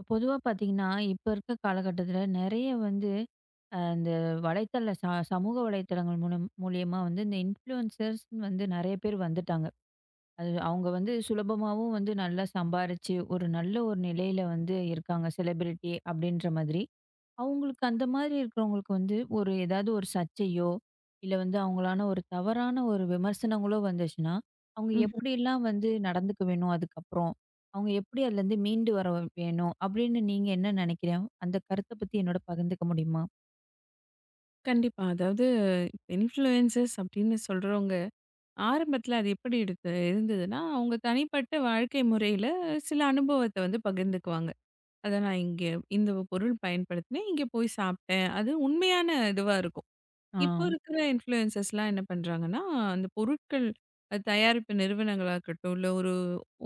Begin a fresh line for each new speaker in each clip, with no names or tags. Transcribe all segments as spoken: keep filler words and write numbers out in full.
இப்ப பொதுவா பார்த்தீங்கன்னா, இப்ப இருக்க காலகட்டத்தில நெறைய வந்து அ இந்த வலைத்தள ச சமூக வலைத்தளங்கள் மூலம் மூலியமா வந்து இந்த இன்ஃப்ளூயன்சர்ஸ்ன்னு வந்து நெறைய பேர் வந்துட்டாங்க. அது அவங்க வந்து சுலபமாவும் வந்து நல்லா சம்பாரிச்சு, ஒரு நல்ல ஒரு நிலையில வந்து இருக்காங்க. செலிபிரிட்டி அப்படின்ற மாதிரி. அவங்களுக்கு அந்த மாதிரி இருக்கிறவங்களுக்கு வந்து ஒரு ஏதாவது ஒரு சர்ச்சையோ, இல்ல வந்து அவங்களான ஒரு தவறான ஒரு விமர்சனங்களோ வந்துச்சுன்னா, அவங்க
ம்ஹ்ம்.
எப்படிலாம் வந்து நடந்துக்க வேணும் அதுக்கப்புறம்? அவங்க எப்படி அதுலேருந்து மீண்டு வர வேணும்? அப்படின்னு நீங்க என்ன நினைக்கிறீங்க? அந்த கருத்த பத்தி என்னோட பகிர்ந்துக்க முடியுமா?
கண்டிப்பா. அதாவது இன்ஃப்ளூயன்சர்ஸ் அப்படின்னு சொல்றவங்க, ஆரம்பத்துல அது எப்படி எடுத்து இருந்ததுன்னா, அவங்க தனிப்பட்ட வாழ்க்கை முறையில சில அனுபவத்த வந்து பகிர்ந்துக்குவாங்க. அத நான் இங்க இந்த பொருள் பயன்படுத்தினேன், இங்க போய் சாப்பிட்டேன். அது உண்மையான இதுவா இருக்கும்.
ஆ.
இப்போ இருக்கிற இன்ஃப்ளூயன்சர்ஸ்லாம் என்ன பண்றாங்கன்னா, அந்த பொருட்கள் அது தயாரிப்பு நிறுவனங்களா இருக்கட்டும், இல்ல ஒரு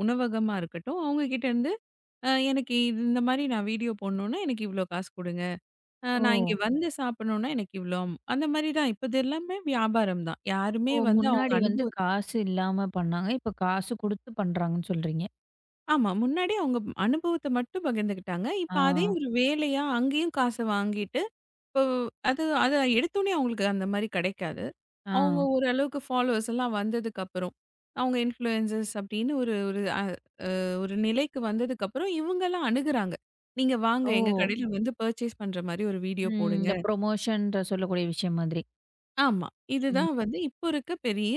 உணவகமா இருக்கட்டும், அவங்க கிட்ட இருந்து, "அ எனக்கு இது இந்த மாரி நான் வீடியோ போடணும்னா, எனக்கு இவ்ளோ காசு குடுங்க. அ
ஓ!
நான் இங்க வந்து சாப்பிடணும்னா எனக்கு இவ்ளோ ஆகும். அந்த மாரி தான். இப்ப இது எல்லாமே வியாபாரம் தான். யாருமே
ஓ!
வந்து அவங்க
முன்னாடி
ஓஹோ!
வந்து
அனுபவ
காசு இல்லாம பண்ணாங்க. இப்ப காசு குடுத்து பண்றாங்கன்னு சொல்றீங்க.
ஆமா. முன்னாடி அவங்க அனுபவத்த மட்டும் பகிர்ந்துக்கிட்டாங்க. இப்ப
ஆ.
அதே ஒரு வேலையா அங்கேயும் காச வாங்கிட்டு, இப்போ அது அத எடுத்தோனே அவங்களுக்கு அந்த மாரி கிடைக்காது.
ஆ.
அவங்க ஓரளவுக்கு ஃபாலோவர்ஸ் எல்லாம் வந்ததுக்கப்புறம், அவங்க இன்ஃப்ளூயன்சர்ஸ் அப்படின்னு ஒரு ஒரு அ ஒரு நிலைக்கு வந்ததுக்கப்புறம் இவங்கலாம் அணுகுறாங்க. "நீங்க வாங்க
ஓ!
எங்க கடையில வந்து பர்ச்சேஸ் பண்ற மாரி ஒரு வீடியோ
ம்.
போடுங்க."
இந்த ப்ரொமோஷன்ற சொல்லக்கூடிய விஷயம் மாதிரி.
ஆமா.
ம்.
இதுதான் வந்து இப்போ இருக்க பெரிய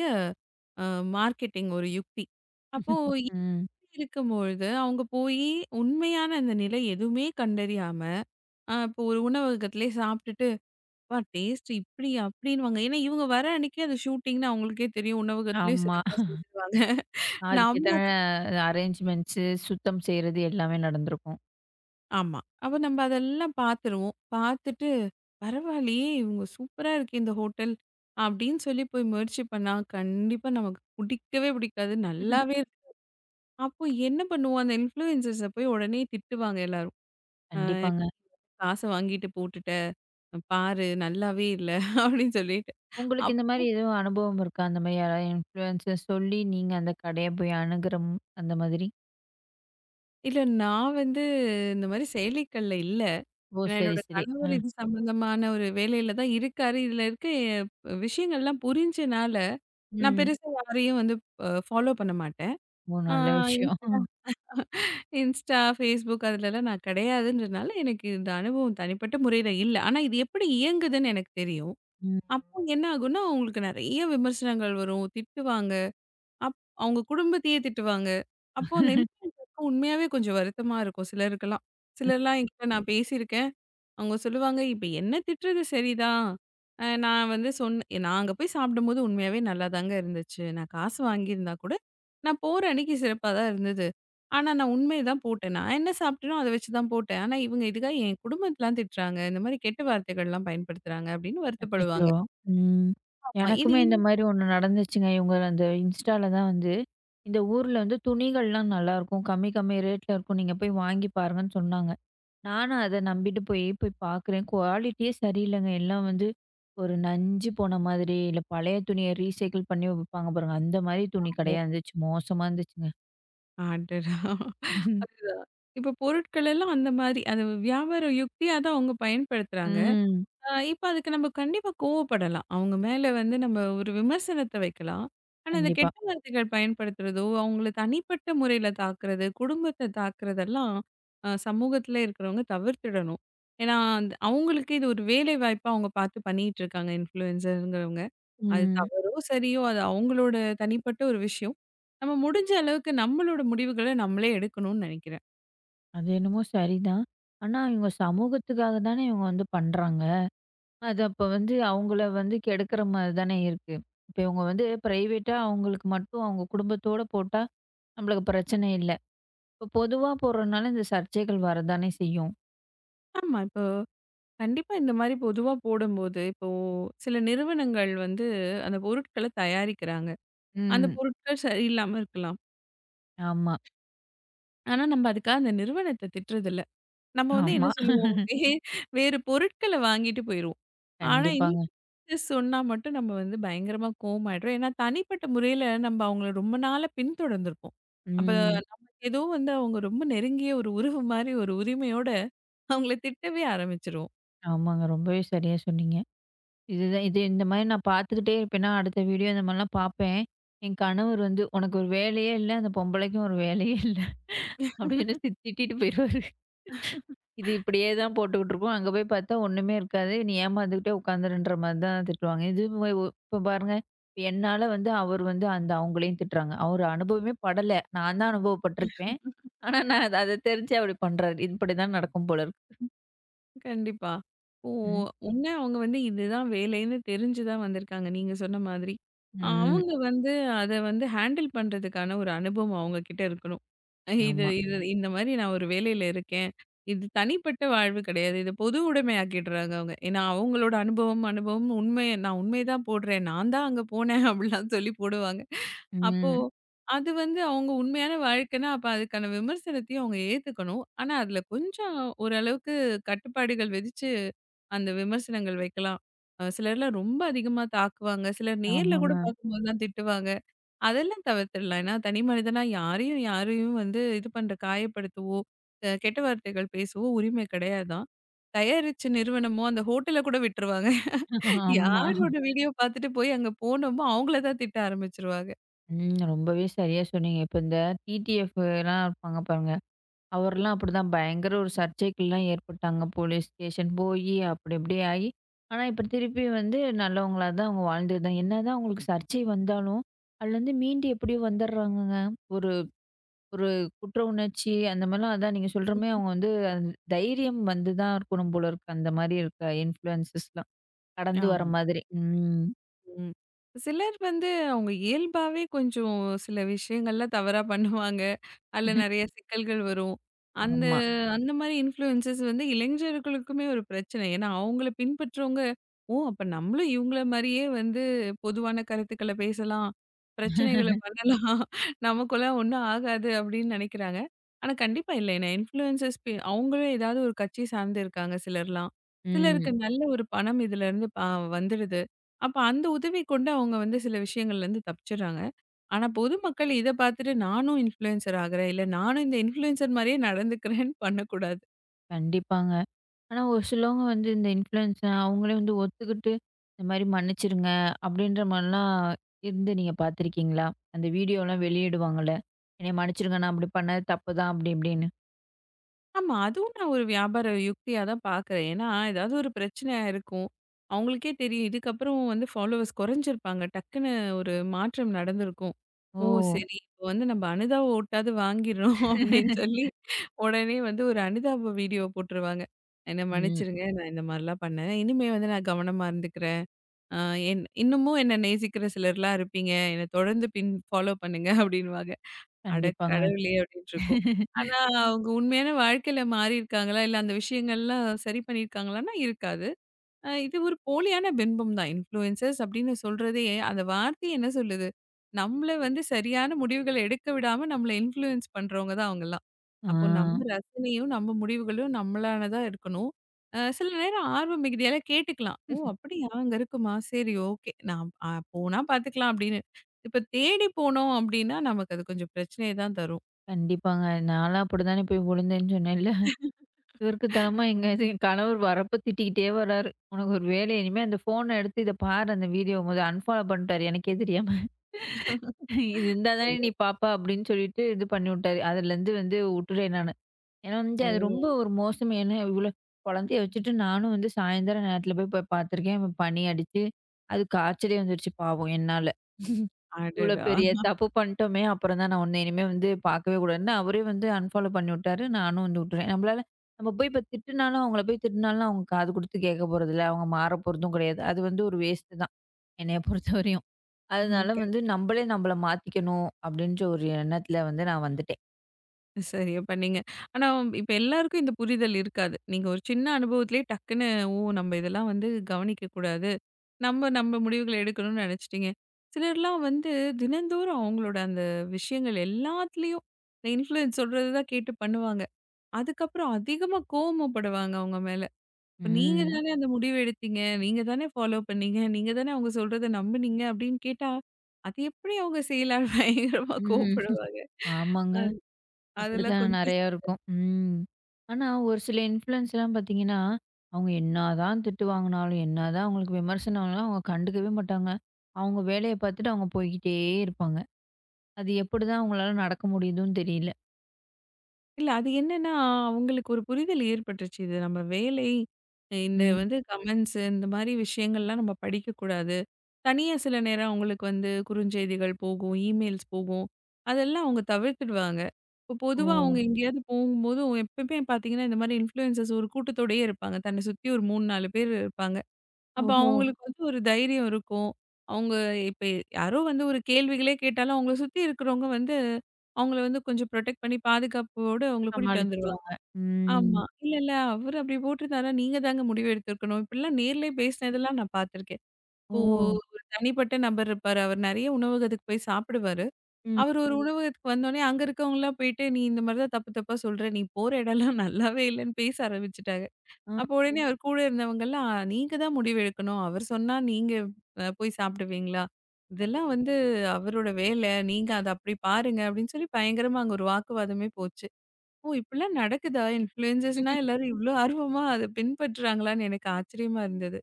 அ மார்க்கெட்டிங் ஒரு யுக்தி. அப்போ இந்த
ம்.
மாதிரி இருக்கும்பொழுது அவங்க போயி உண்மையான அந்த நிலை எதுவுமே கண்டறியாம, அ இப்போ ஒரு உணவகத்திலே சாப்பிட்டுட்டு, "அப்பா டேஸ்ட் இப்படி அப்படின்னுவாங்க." ஏன்னா இவங்க வர அன்னைக்கே அது ஷூட்டிங்ன்னு அவங்களுக்கே தெரியும். உணவகத்திலேயும்
ஆமா.
சிறப்பா செஞ்சுருவாங்க.
அதுக்கு எத்தன
நம்ம
அரேஞ்ச்மெண்ட்ஸு, சுத்தம் செய்றது எல்லாமே நடந்திருக்கும்.
ஆமா. அப்ப நம்ம அதெல்லாம் பார்த்துருவோம். பார்த்துட்டு, "பரவாயில்லையே! இவங்க சூப்பரா இருக்கே இந்த ஹோட்டல்." அப்படின்னு சொல்லி போய் முயற்சி பண்ணா, கண்டிப்பா நமக்கு பிடிக்கவே பிடிக்காது. நல்லாவே அப்போ என்ன பண்ணுவோம்? அந்த இன்ஃப்ளூயன்சர்ஸ போய் உடனே திட்டுவாங்க எல்லாரும். அ
கண்டிப்பாங்க.
காச வாங்கிட்டு போட்டுட்ட. அஹ் பாரு நல்லாவே இல்ல அப்படின்னு சொல்லிட்டு.
உங்களுக்கு
அப்
இந்த மாரி எதுவும் அனுபவம் இருக்கா? அந்த மாரி யாராவது இன்ஃப்ளூயன்ஸ சொல்லி நீங்க அந்த கடைய போய் அணுகுற ம் அந்த மாதிரி?
இல்ல நான் வந்து இந்த மாரி செயலிகள்ல இல்ல.
ஓ!
ஏன்னா
சரி,
என்னோட
சரி. அ.
கணவர் இது சம்மந்தமான ஒரு வேலையில தான் இருக்காரு. இதுல இருக்க அஹ், விஷயங்கள்லாம் புரிஞ்சனால, நான்
ம்.
பெருசா யாரையும் வந்து அ ஃபாலோ பண்ண மாட்டேன்.
ஓ!
ஆ
நல்ல விஷயம்.
இன்ஸ்டா, Facebook அதுலலாம் நான் கிடையாதுன்றனால எனக்கு இந்த அனுபவம் தனிப்பட்ட முறையில இல்ல. ஆனா இது எப்படி இயங்குதுன்னு எனக்கு தெரியும்.
ம்.
அப்போ என்ன ஆகும்னா, அவங்களுக்கு நெறைய விமர்சனங்கள் வரும். திட்டுவாங்க. அப் அவங்க குடும்பத்தையே திட்டுவாங்க. அப்போ அந்த
ம்.
இன்ஃப்ளூயன்சர்க்கு உண்மையாவே கொஞ்சம் வருத்தமா இருக்கும் சிலருக்கெல்லாம். சிலர்லாம் என்கிட்ட நான் பேசியிருக்கேன். அவங்க சொல்லுவாங்க, "இப்ப என்ன திட்டுறது சரிதான். அ நான் வந்து சொன்ன நான் அங்க போய் சாப்பிடும்போது உண்மையாவே நல்லாதாங்க இருந்துச்சு. நான் காசு வாங்கியிருந்தா கூட, நான் போற அன்னைக்கு சிறப்பா தான் இருந்தது. ஆனா நான் உண்மைய தான் போட்டேன். நான் என்ன சாப்பிட்டேனோ அத வச்சு தான் போட்டேன். ஆனா இவங்க இதுக்காக என் குடும்பத்தலாம் திட்டுறாங்க. இந்த மாரி கெட்ட வார்த்தைகள்லாம் பயன்படுத்துறாங்க." அப்படின்னு
அச்சச்சோ!
வருத்தப்படுவாங்க.
ம்.
ஆமா. இது
எனக்குமே இந்த மாரி ஒண்ணு நடந்துச்சுங்க. இவங்க அந்த இன்ஸ்டால தான் வந்து, இந்த ஊர்ல வந்து துணிகள்லாம் நல்லாயிருக்கும். கம்மி கம்மி ரேட்ல இருக்கும். நீங்க போய் வாங்கி பாருங்கன்னு சொன்னாங்க. நானும் அத நம்பிட்டு போய் போய் பார்க்குறேன். குவாலிட்டியே சரியில்லங்க. எல்லாம் வந்து ஒரு நஞ்சு போன மாதிரி, இல்ல பழைய துணிய ரீசைக்கிள் பண்ணி விப்பாங்க பாருங்க. அந்த மாரி துணி
ஓ!
கடையா இருந்துச்சு. மோசமா இருந்துச்சுங்க.
அடடா! இப்ப பொருட்கள் எல்லாம் அந்த மாரி அது வியாபார யுக்தியா தான் அவங்க பயன்படுத்துறாங்க.
ம்.
ஆ இப்ப அதுக்கு நம்ம கண்டிப்பா கோவப்படலாம். அவங்க மேல வந்து நம்ம ஒரு விமர்சனத்த வைக்கலாம். ஆனா, இந்த
கண்டிப்பா.
கெட்ட வார்த்தைகள் பயன்படுத்துறதோ, அவங்கள தனிப்பட்ட முறையில தாக்குறது, குடும்பத்த தாக்குறதெல்லாம் அ சமூகத்தில இருக்கிறவங்க தவிர்த்திடணும். ஏன்னா, அந்த அவங்களுக்கு இது ஒரு வேலை வாய்ப்பா அவங்க பார்த்து பண்ணிட்டு இருக்காங்க இன்ஃப்ளூயன்சர்ங்கிறவங்க. அது
ம்.
தவறோ, சரியோ அது அவங்களோட தனிப்பட்ட ஒரு விஷயம். நம்ம முடிஞ்ச அளவுக்கு நம்மளோட முடிவுகள நம்மளே எடுக்கணும்னு நெனைக்கிறேன்.
அது என்னமோ சரிதான். ஆனா இவங்க சமூகத்துக்காக தானே இவங்க வந்து பண்றாங்க. அது அப்ப வந்து அவங்கள வந்து கெடுக்கிற மாரி தானே இருக்கு. இப்ப இவங்க வந்து பிரைவேட்டா அவங்களுக்கு மட்டும் அவங்க குடும்பத்தோட போட்டா, நம்மளுக்கு பிரச்சனை இல்ல. இப்ப பொதுவா போடுறனால இந்த சர்ச்சைகள் வரதானே செய்யும்.
ஆமா. இப்ப கண்டிப்பா இந்த மாரி பொதுவா போடும்போது, இப்போ சில நிறுவனங்கள் வந்து அந்த பொருட்கள தயாரிக்கிறாங்க. அந்த
ம்.
பொருட்கள் சரியில்லாம இருக்கலாம்.
ஆமா,
ஆனா, நம்ம அதுக்காக அந்த நிறுவனத்த திட்டுறதில்ல. நம்ம வந்து என்ன
ஆமா.
சொல்லுவோம், வே வேறு பொருட்கள வாங்கிட்டு போயிருவோம். ஆனா,
கண்டிப்பாங்க.
இன்கேஸ் சொன்னா மட்டும் நம்ம வந்து பயங்கரமா கோவமாயிடுறோம். ஏன்னா, தனிப்பட்ட முறையில நம்ம அவங்கள ரொம்ப நாளா பின்தொடர்ந்திருப்போம். அப்ப
ம்.
ஏதோ வந்து அவங்க ரொம்ப நெருங்கிய ஒரு உறவு மாரி ஒரு உரிமையோட அவங்கள திட்டவே ஆரம்பிச்சுருவோம்.
ஆமாங்க. ரொம்பவே சரியா சொன்னீங்க. இதுதான் இது இந்த மாரி நான் பார்த்துக்கிட்டே இருப்பேன்னா, அடுத்த வீடியோ இந்த மாரிலாம் பார்ப்பேன். என் கணவர் வந்து, "உனக்கு ஒரு வேலையே இல்ல, அந்த பொம்பளைக்கும் ஒரு வேலையே இல்ல" அப்படின்னு சி திட்டிட்டு போயிருவாரு. இது இப்படியே தான் போட்டுக்கிட்டு இருக்கும். அங்க போய் பார்த்தா ஒண்ணுமே இருக்காது. நீ ஏமாந்துகிட்டே உட்காந்துருன்ற மாரி தான் திட்டுவாங்க. இது வே ஒ இப்ப பாருங்க, இப்ப என்னால வந்து அவர் வந்து அந்த அவங்களையும் திட்டுறாங்க. அவர் அனுபவமே படல. நான் தான் அனுபவப்பட்டுருப்பேன். ஆனா நான் அத அத தெரிஞ்சு அப்படி பண்றாரு. இது இப்படிதான் நடக்கும் போல இருக்கு.
கண்டிப்பா. ஓ!
ம்.
ஒண்ணு அவங்க வந்து இதுதான் வேலைன்னு தெரிஞ்சு தான் வந்திருக்காங்க, நீங்க சொன்ன மாதிரி. அ
ம்.
அவங்க ஆமா. வந்து அத வந்து ஹேண்டில் பண்றதுக்கான ஒரு அனுபவம் அவங்க கிட்ட இருக்கணும். அஹ் இது
ஆமா.
இது ம். இந்த மாரி நான் ஒரு வேலையில இருக்கேன். இது தனிப்பட்ட வாழ்வு கிடையாது. இத பொது உடைமையாக்கிடுறாங்க அவங்க. ஏன்னா அவங்களோட அனுபவம் அனுபவம் உண்மைய நான் உண்மைய தான் போடுறேன். நான் தான் அங்க போனேன் அப்படிலாம் சொல்லி போடுவாங்க. அப்போ
ம்.
அது வந்து அவங்க உண்மையான வாழ்க்கைன்னா, அப்ப அதுக்கான விமர்சனத்தையும் அவங்க ஏத்துக்கணும். ஆனா அதுல கொஞ்சம் ஓரளவுக்கு கட்டுப்பாடுகள் விதிச்சு அந்த விமர்சனங்கள் வைக்கலாம். அ சிலர்லாம் ரொம்ப அதிகமா தாக்குவாங்க. சிலர் நேர்ல
ஆமாங்க.
கூட பார்க்கும்போது தான் திட்டுவாங்க. அதெல்லாம் தவிர்த்துடலாம். ஏன்னா தனி மனிதனா யாரையும் யாரையும் வந்து இது பண்ற காயப்படுத்தவோ, அ கெட்ட வார்த்தைகள் பேசவோ உரிமை கிடையாதான். தயாரிச்ச நிறுவனமோ அந்த ஹோட்டல கூட விட்டுருவாங்க.
ஆமா.
யாரோட வீடியோ பார்த்துட்டு போய் அங்க போனோமோ அவங்கள தான் திட்ட ஆரம்பிச்சுருவாங்க.
ம். ரொம்பவே சரியா சொன்னீங்க. இப்ப இந்த டிடிஎஃப்லாம் இருப்பாங்க பாருங்க. அவர்லாம் அப்படிதான். பயங்கர ஒரு சர்ச்சைக்குல்லாம் ஏற்பட்டாங்க. போலீஸ் ஸ்டேஷன் போயி, அப்படி இப்படி ஆயி, ஆனா இப்ப திருப்பி வந்து நல்லவங்களா தான் அவங்க வாழ்ந்துதான். என்னதான் அவங்களுக்கு சர்ச்சை வந்தாலும், அதுலருந்து மீண்டு எப்படியோ வந்துடுறாங்கங்க. ஒரு ஒரு குற்ற உணர்ச்சி அந்த மாரிலாம் அதான் நீங்க சொல்ற மாரி அவங்க வந்து அந்த தைரியம் வந்து தான் இருக்கணும் போல இருக்கு. அந்த மாரி இருக்க இன்ஃப்ளூயன்சஸ்லாம் கடந்து வர
ஆமா.
மாதிரி. ம்.
ம். சிலர் வந்து அவங்க இயல்பாவே கொஞ்சம் சில விஷயங்கள்ல தவறா பண்ணுவாங்க. அதுல நெறைய சிக்கல்கள் வரும். அந்த
ஆமா.
அந்த மாரி இன்ஃப்ளூயன்சஸ் வந்து இளைஞர்களுக்குமே ஒரு பிரச்சனை. ஏன்னா அவங்கள பின்பற்றவங்க, "ஓ! அப்ப நம்மளும் இவங்கள மாரியே வந்து பொதுவான கருத்துக்கள பேசலாம், பிரச்சனைகள பண்ணலாம், நமக்கெல்லாம் ஒண்ணும் ஆகாது" அப்படின்னு நெனைக்கிறாங்க. ஆனா கண்டிப்பா இல்ல. ஏன்னா இன்ஃப்ளூயன்சஸ் பே அவங்களும் ஏதாவது ஒரு கட்சி சார்ந்து இருக்காங்க சிலர்லாம். சிலருக்கு
ம்.
நல்ல ஒரு பணம் இதுலருந்து ப வந்துடுது. அப்ப அந்த உதவி கொண்டு அவங்க வந்து சில விஷயங்கள்லேருந்து தப்பிச்சுடுறாங்க. ஆனா பொதுமக்கள் இத பார்த்துட்டு நானும் இன்ஃப்ளூயன்சர் ஆகுறேன், இல்ல நானும் இந்த இன்ஃப்ளூயன்சர் மாரியே நடந்துக்கிறேன்னு பண்ணக்கூடாது.
கண்டிப்பாங்க. ஆனா, ஒரு சிலவங்க வந்து இந்த இன்ஃப்ளூயன்ஸா அவங்களே வந்து ஒத்துக்கிட்டு, இந்த மாரி மன்னிச்சுருங்க அப்படின்ற மாரிலாம் இருந்து நீங்க பார்த்துருக்கீங்களா? அந்த வீடியோலாம் வெளியிடுவாங்கல்ல. என்னைய மன்னிச்சுருங்க நான் அப்படி பண்ணது தப்பு தான் அப்படி இப்படின்னு.
ஆமா, அதுவும் நான் ஒரு வியாபார யுக்தியா தான் பார்க்குறேன். ஏன்னா, ஏதாவது ஒரு பிரச்சனையா இருக்கும். அவங்களுக்கே தெரியும். இதுக்கப்புறம் வந்து ஃபாலோவர்ஸ் குறைஞ்சிருப்பாங்க. டக்குன்னு ஒரு மாற்றம் நடந்திருக்கும்.
ஓ!
ஓ! சரி இப்போ வந்து நம்ம அனுதாப ஓட்டாவது வாங்கிர்றோம் அப்படின்னு சொல்லி உடனே வந்து ஒரு அனுதாப வீடியோ போட்டுருவாங்க. என்ன
ம்.
மன்னிச்சுருங்க. நான் இந்த மாரிலாம் பண்ணேன். இனிமே வந்து நான் கவனமா இருந்துக்கிறேன். ஆ என் இன்னமும் என்ன நேசிக்கிற சிலர்லாம் இருப்பீங்க. என்ன தொடர்ந்து பின் ஃபாலோ பண்ணுங்க அப்டின்னுவாங்க. அட
கண்டிப்பாங்க.
கடவுளே! அப்டின்ட்டுருக்கும். ஆனா, அவங்க உண்மையான வாழ்க்கையில மாறியிருக்காங்களா? இல்ல அந்த விஷயங்கள்லாம் சரி பண்ணியிருக்காங்களான்னா, இருக்காது. அ இது ஒரு போலியான பின்பம் தான். இன்ஃப்ளூயன்சர்ஸ் அப்படின்னு சொல்றதே, அந்த வார்த்தை என்ன சொல்லுது? நம்மள வந்து சரியான முடிவுகள எடுக்க விடாம நம்மள இன்ஃப்ளூயன்ஸ் பண்றவங்க தான் அவங்கலாம்.
ஆ.
அப்போ நம்ம ரசனையும், நம்ம முடிவுகளும் நம்மளானதா இருக்கணும். அ சில நேரம் ஆர்வம் மிகுதியால கேட்டுக்கலாம். "ஓ! அப்படியா அங்க இருக்குமா? சரி ஓகே. நான் அ போனா பார்த்துக்கலாம்" அப்படின்னு. இப்ப தேடி போனோம் அப்படின்னா, நமக்கு அது கொஞ்சம் பிரச்சனைய தான் தரும்.
கண்டிப்பாங்க. நான்லாம் அப்படித்தானே போய் விழுந்தேன்னு சொன்னேன்ல. கிறுக்குத்தனமா எங்க இது கணவர் வரப்ப திட்டிக்கிட்டே வராரு. "உனக்கு ஒரு வேலை இனிமே அந்த ஃபோன எடுத்து இத பாரு அந்த வீடியோ மொத அன்ஃபாலோ" பண்ணிட்டாரு எனக்கே தெரியாம. இது இருந்தா தானே
ஓ!
நீ பாப்பா அப்டின்னு சொல்லிட்டு இது பண்ணிவுட்டாரு. அதுலருந்து வந்து உட்டுட்டேன் நானு. ஏன்னா வந்து
ஓ!
அது ரொம்ப ஒரு மோசம். ஏன்னா இவ்ளோ குழந்தைய வச்சுட்டு நானும் வந்து சாயந்தரம் நேரத்துல போய் போய் பார்த்துருக்கேன். அவன் பனி அடிச்சு அது காய்ச்சலே வந்துருச்சு பாவம் என்னால. இவ்ளோ
அடடா!
பெரிய தப்பு பண்ணிட்டோமே! அப்புறம் தான் நான் உன்ன இனிமே வந்து பார்க்கவே கூடாதுன்னு அவரே வந்து அன்ஃபாலோ பண்ணிவுட்டாரு. நானும் வந்து உட்டுட்டேன். நம்மளால நம்ம போய் இப்ப திட்டுனாலும் அவங்கள போய் திட்டுனாலும் அவங்க காது குடுத்து கேட்க போறதில்ல. அவங்க மாற போறதும் கிடையாது. அது வந்து ஒரு வேஸ்ட்டு தான் என்னைய பொறுத்தவரையும்.
ம்.
அதனால வந்து நம்பளே நம்பள மாத்திக்கணும் அப்படின்ற ஒரு எண்ணத்துல வந்து நான் வந்துட்டேன்.
சரியா பண்ணீங்க. ஆனா, இப்ப எல்லாருக்கும் இந்த புரிதல் இருக்காது. நீங்க ஒரு சின்ன அனுபவத்திலேயே டக்குன்னு, "ஓ! நம்ம இதெல்லாம் வந்து கவனிக்கக்கூடாது. நம்ம நம்ம முடிவுகள எடுக்கணும்னு" நெனச்சுட்டீங்க. சிலர்லாம் வந்து தினந்தோறும் அவங்களோட அந்த விஷயங்கள் எல்லாத்துலயும் இந்த இன்ஃப்ளூயன்ஸ் சொல்றது தான் கேட்டு பண்ணுவாங்க. அதுக்கப்புறம் அதிகமா கோவமுப்படுவாங்க அவங்க மேல. இப்ப நீங்க
ம்.
தானே அந்த முடிவு எடுத்தீங்க, நீங்க தானே ஃபாலோ பண்ணீங்க, நீங்க தானே அவங்க சொல்றத நம்புனீங்க அப்படின்னு கேட்டா, அது எப்படி அவங்க செய்யலாம்னு பயங்கரமா
ம்.
கோவப்படுவாங்க.
ஆமாங்க.
அது அதெல்லாம்
அப்படித்தான்
கொஞ்சம்
நெறையா இருக்கும். ம். ஆனா ஒரு சில இன்ஃப்ளூயன்ஸ்லாம் பாத்தீங்கன்னா, அவங்க என்னாதான் திட்டு வாங்குனாலும், என்னதான் அவங்களுக்கு விமர்சனம் ஆனாலும் அவங்க கண்டுக்கவே மாட்டாங்க. அவங்க வேலைய பாத்துட்டு அவங்க போய்க்கிட்டே இருப்பாங்க. அது எப்படிதான் அவங்களால நடக்க முடியுதுன்னு தெரியல.
இல்ல. அது என்னன்னா, அவங்களுக்கு ஒரு புரிதல் ஏற்பட்டுருச்சு. இது நம்ம வேலை, இந்த
ம்.
வந்து கமெண்ட்ஸ் இந்த மாரி விஷயங்கள்லாம் நம்ம படிக்கக்கூடாது. தனியா சில நேரம் அவங்களுக்கு வந்து குறுஞ்செய்திகள் போகும், இமெயில்ஸ் போகும். அதெல்லாம் அவங்க தவிர்த்துடுவாங்க. இப்போ
ஓ!
பொதுவா அவங்க எங்கேயாவது போகும்போதும் எப்பயுமே பார்த்தீங்கன்னா, இந்த மாரி இன்ஃப்ளூயன்சர்ஸ் ஒரு கூட்டத்தோடயே இருப்பாங்க. தன்னை சுத்தி ஒரு மூணு, நாலு பேர் இருப்பாங்க. அப்ப
ஓஹோ!
அவங்களுக்கு வந்து ஒரு தைரியம் இருக்கும். அவங்க இப்ப யாரோ வந்து ஒரு கேள்விகளே கேட்டாலும், அவங்கள சுத்தி இருக்கிறவங்க வந்து, அவங்கள வந்து கொஞ்சம் புரொடெக்ட் பண்ணி பாதுகாப்போடு அவங்கள கூட்டிட்டு வந்துருவாங்க.
சமாளிச்சுருவாங்க. ம்.
ஆமா. இல்ல, இல்ல அவரு அப்படி போட்டிருந்தாருன்னா, நீங்க தாங்க முடிவு எடுத்திருக்கணும். இப்படிலாம் நேர்லயே பேசினதெல்லாம் நான் பார்த்துருக்கேன். இப்போ
ஓ!
ஒரு தனிப்பட்ட நபர் இருப்பாரு. அவர் நெறைய உணவகத்துக்கு போய் சாப்பிடுவாரு.
ம்.
அவர் ஒரு ம். உணவகத்துக்கு வந்தோனே, அங்க இருக்கவங்கலாம் போயிட்டு, "நீ இந்த மாரி தான் தப்பு தப்பா சொல்ற. நீ போற இடம்லாம் நல்லாவே இல்லன்னு" பேச ஆரம்பிச்சுட்டாங்க. அப்போ உடனே அவர் கூட இருந்தவங்கலாம், "நீங்க தான் முடிவு எடுக்கணும். அவர் சொன்னா நீங்க அ போய் சாப்பிடுவீங்களா? இதெல்லாம் வந்து அவரோட வேலை. நீங்க அத அப்படி பாருங்க." அப்படின்னு சொல்லி பயங்கரமா அங்க ஒரு வாக்குவாதமே போச்சு. ஓ! இப்படிலாம் நடக்குதா? இன்ஃப்ளூயன்சர்ஸ்னா
ஆ.
எல்லாரும் இவ்ளோ ஆர்வமா அத பின்பற்றுறாங்களான்னு எனக்கு ஆச்சரியமா இருந்தது.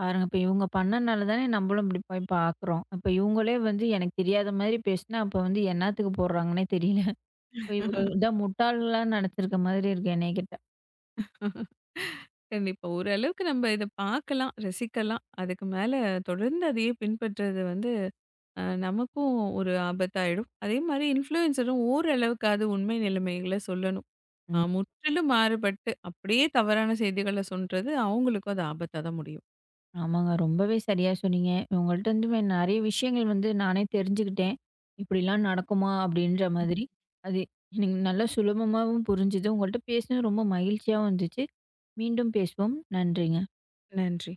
பாருங்க. இப்ப இவங்க பண்ணனால தானே நம்மளும் இப்படி போய் பார்க்குறோம். அப்ப இவங்களே வந்து எனக்கு தெரியாத மாதிரி பேசினா, அப்ப வந்து என்னாத்துக்கு போடுறாங்கன்னே தெரியல. இப்போ இவ இதான் முட்டாள்களா நடிச்சிருக்க மாதிரி இருக்கு என்னைய கேட்டா.
கண்டிப்பா. ஓரளவுக்கு நம்ம இத பார்க்கலாம், ரசிக்கலாம். அதுக்கு மேல தொடர்ந்து அதையே பின்பற்றுறது வந்து அ நமக்கும் ஒரு ஆபத்தாயிடும். அதே மாரி இன்ஃப்ளூயன்சரும் ஓரளவுக்காவது உண்மை நிலைமைகள சொல்லணும். ஆ
ம்.
முற்றிலும் மாறுபட்டு, அப்படியே தவறான செய்திகள சொல்றது, அவங்களுக்கும் அது ஆபத்தா தான் முடியும்.
ஆமாங்க. ரொம்பவே சரியா சொன்னீங்க. இவங்கள்ட்ட இருந்து நெறைய விஷயங்கள் வந்து நானே தெரிஞ்சுக்கிட்டேன். இப்படிலாம் நடக்குமா? அப்படின்ற மாதிரி. அது எனக்கு நல்லா சுலபமாவும் புரிஞ்சுது. உங்கள்ட்ட பேசினது ரொம்ப மகிழ்ச்சியாவும் இருந்துச்சு. மீண்டும் பேசுவோம். நன்றிங்க.
நன்றி.